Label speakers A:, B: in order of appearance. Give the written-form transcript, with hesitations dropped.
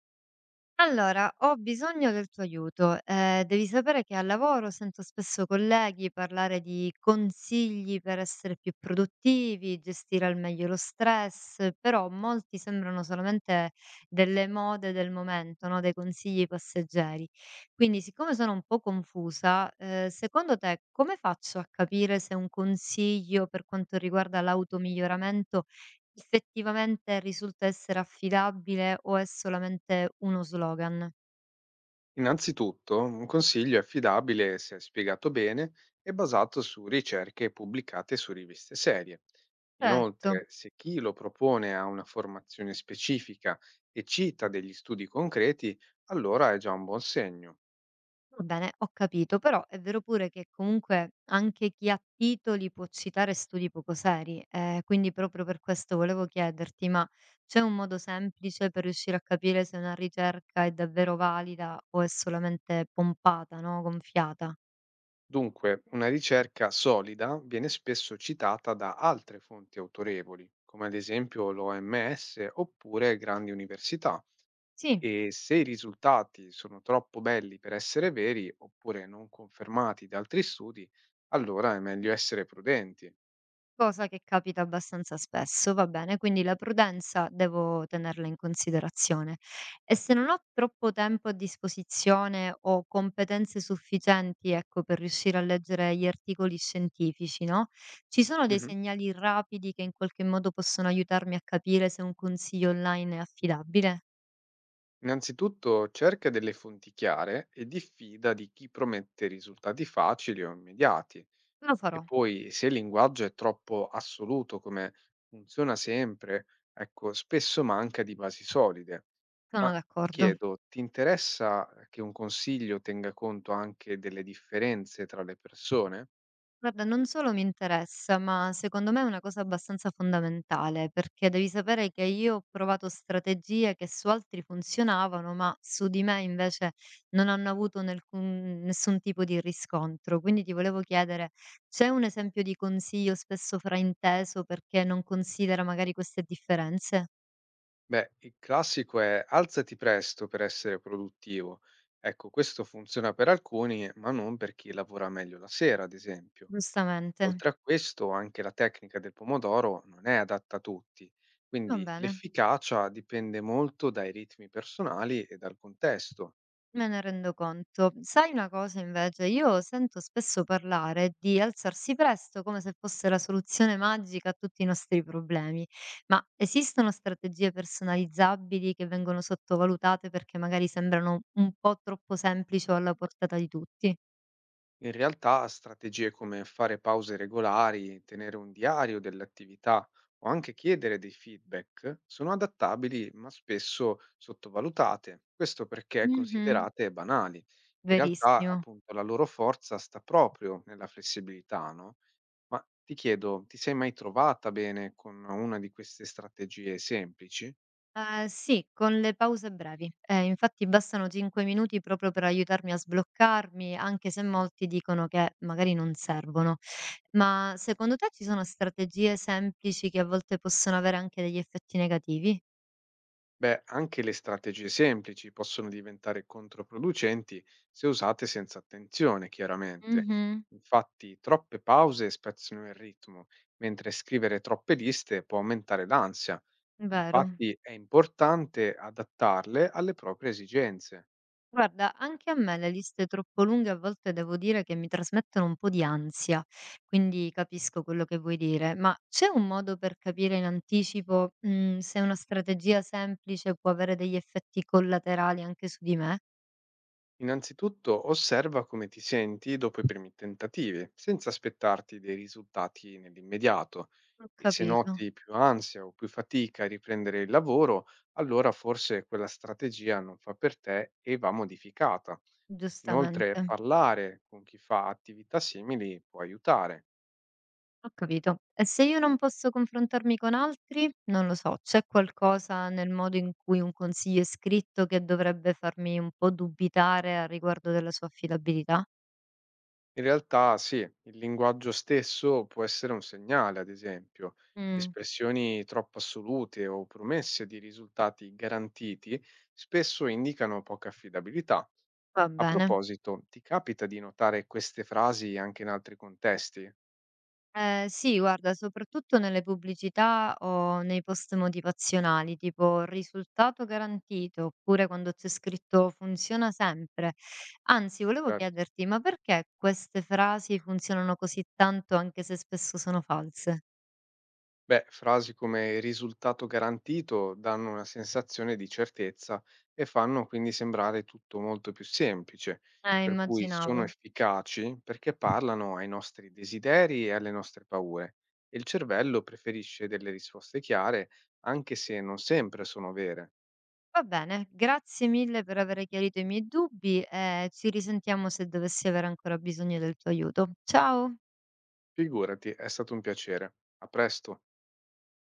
A: Allora, ho bisogno del tuo aiuto. Devi sapere che al lavoro sento spesso colleghi parlare di consigli per essere più produttivi, gestire al meglio lo stress, però molti sembrano solamente delle mode del momento, no? Dei consigli passeggeri. Quindi, siccome sono un po' confusa, secondo te come faccio a capire se un consiglio per quanto riguarda l'automiglioramento effettivamente risulta essere affidabile o è solamente uno slogan?
B: Innanzitutto, un consiglio è affidabile se è spiegato bene e basato su ricerche pubblicate su riviste serie.
A: Certo,
B: Inoltre, se chi lo propone ha una formazione specifica e cita degli studi concreti, allora è già un buon segno.
A: va bene, ho capito, però è vero pure che comunque anche chi ha titoli può citare studi poco seri, quindi proprio per questo volevo chiederti, ma c'è un modo semplice per riuscire a capire se una ricerca è davvero valida o è solamente pompata, no? Gonfiata?
B: Dunque, una ricerca solida viene spesso citata da altre fonti autorevoli, come ad esempio l'OMS oppure grandi università.
A: Sì.
B: E se i risultati sono troppo belli per essere veri oppure non confermati da altri studi, allora è meglio essere prudenti.
A: Cosa che capita abbastanza spesso, va bene, quindi la prudenza devo tenerla in considerazione. E se non ho troppo tempo a disposizione o competenze sufficienti, ecco, per riuscire a leggere gli articoli scientifici, no? Ci sono dei
B: Mhm.
A: segnali rapidi che in qualche modo possono aiutarmi a capire se un consiglio online è affidabile?
B: Innanzitutto cerca delle fonti chiare e diffida di chi promette risultati facili o immediati.
A: Lo
B: E
A: farò,
B: poi se il linguaggio è troppo assoluto, come funziona sempre, ecco, spesso manca di basi solide. Ma
A: sono
B: ti
A: d'accordo.
B: chiedo, ti interessa che un consiglio tenga conto anche delle differenze tra le persone?
A: Guarda, non solo mi interessa, ma secondo me è una cosa abbastanza fondamentale, perché devi sapere che io ho provato strategie che su altri funzionavano, ma su di me invece non hanno avuto nessun tipo di riscontro. Quindi ti volevo chiedere, c'è un esempio di consiglio spesso frainteso perché non considera magari queste differenze?
B: Beh, il classico è alzati presto per essere produttivo. Ecco, questo funziona per alcuni, ma non per chi lavora meglio la sera, ad esempio.
A: Giustamente.
B: Oltre a questo, anche la tecnica del pomodoro non è adatta a tutti,
A: Va
B: quindi
A: bene.
B: l'efficacia dipende molto dai ritmi personali e dal contesto.
A: Me ne rendo conto. Sai una cosa invece? Io sento spesso parlare di alzarsi presto come se fosse la soluzione magica a tutti i nostri problemi, ma esistono strategie personalizzabili che vengono sottovalutate perché magari sembrano un po' troppo semplici o alla portata di tutti?
B: In realtà strategie come fare pause regolari, tenere un diario delle attività o anche chiedere dei feedback sono adattabili ma spesso sottovalutate, questo perché
A: Mhm,
B: considerate banali. In realtà
A: verissimo.
B: appunto la loro forza sta proprio nella flessibilità, no? Ma ti chiedo, ti sei mai trovata bene con una di queste strategie semplici?
A: Sì, con le pause brevi. Infatti bastano 5 minuti proprio per aiutarmi a sbloccarmi, anche se molti dicono che magari non servono. Ma secondo te ci sono strategie semplici che a volte possono avere anche degli effetti negativi?
B: Beh, anche le strategie semplici possono diventare controproducenti se usate senza attenzione, chiaramente.
A: Mh-mh.
B: Infatti, troppe pause spezzano il ritmo, mentre scrivere troppe liste può aumentare l'ansia.
A: Vero.
B: Infatti, è importante adattarle alle proprie esigenze.
A: Guarda, anche a me le liste troppo lunghe a volte devo dire che mi trasmettono un po' di ansia, quindi capisco quello che vuoi dire, ma c'è un modo per capire in anticipo, se una strategia semplice può avere degli effetti collaterali anche su di me?
B: Innanzitutto osserva come ti senti dopo i primi tentativi, senza aspettarti dei risultati nell'immediato.
A: Ho
B: E se
A: capito,
B: noti più ansia o più fatica a riprendere il lavoro, allora forse quella strategia non fa per te e va modificata. Inoltre,
A: giustamente,
B: parlare con chi fa attività simili può aiutare.
A: ho capito. E se io non posso confrontarmi con altri? Non lo so, c'è qualcosa nel modo in cui un consiglio è scritto che dovrebbe farmi un po' dubitare a riguardo della sua affidabilità?
B: In realtà sì, il linguaggio stesso può essere un segnale, ad esempio.
A: Mm.
B: Espressioni troppo assolute o promesse di risultati garantiti spesso indicano poca affidabilità.
A: Va
B: A
A: bene.
B: proposito, ti capita di notare queste frasi anche in altri contesti?
A: Sì guarda, soprattutto nelle pubblicità o nei post motivazionali, tipo risultato garantito, oppure quando c'è scritto funziona sempre. Anzi, volevo
B: Roberto?
A: chiederti, ma perché queste frasi funzionano così tanto anche se spesso sono false?
B: Beh, frasi come risultato garantito danno una sensazione di certezza e fanno quindi sembrare tutto molto più semplice, per cui sono
A: Immaginavo.
B: efficaci perché parlano ai nostri desideri e alle nostre paure e il cervello preferisce delle risposte chiare anche se non sempre sono vere.
A: Va bene, grazie mille per aver chiarito i miei dubbi e ci risentiamo se dovessi avere ancora bisogno del tuo aiuto. Ciao.
B: Figurati, è stato un piacere. A presto.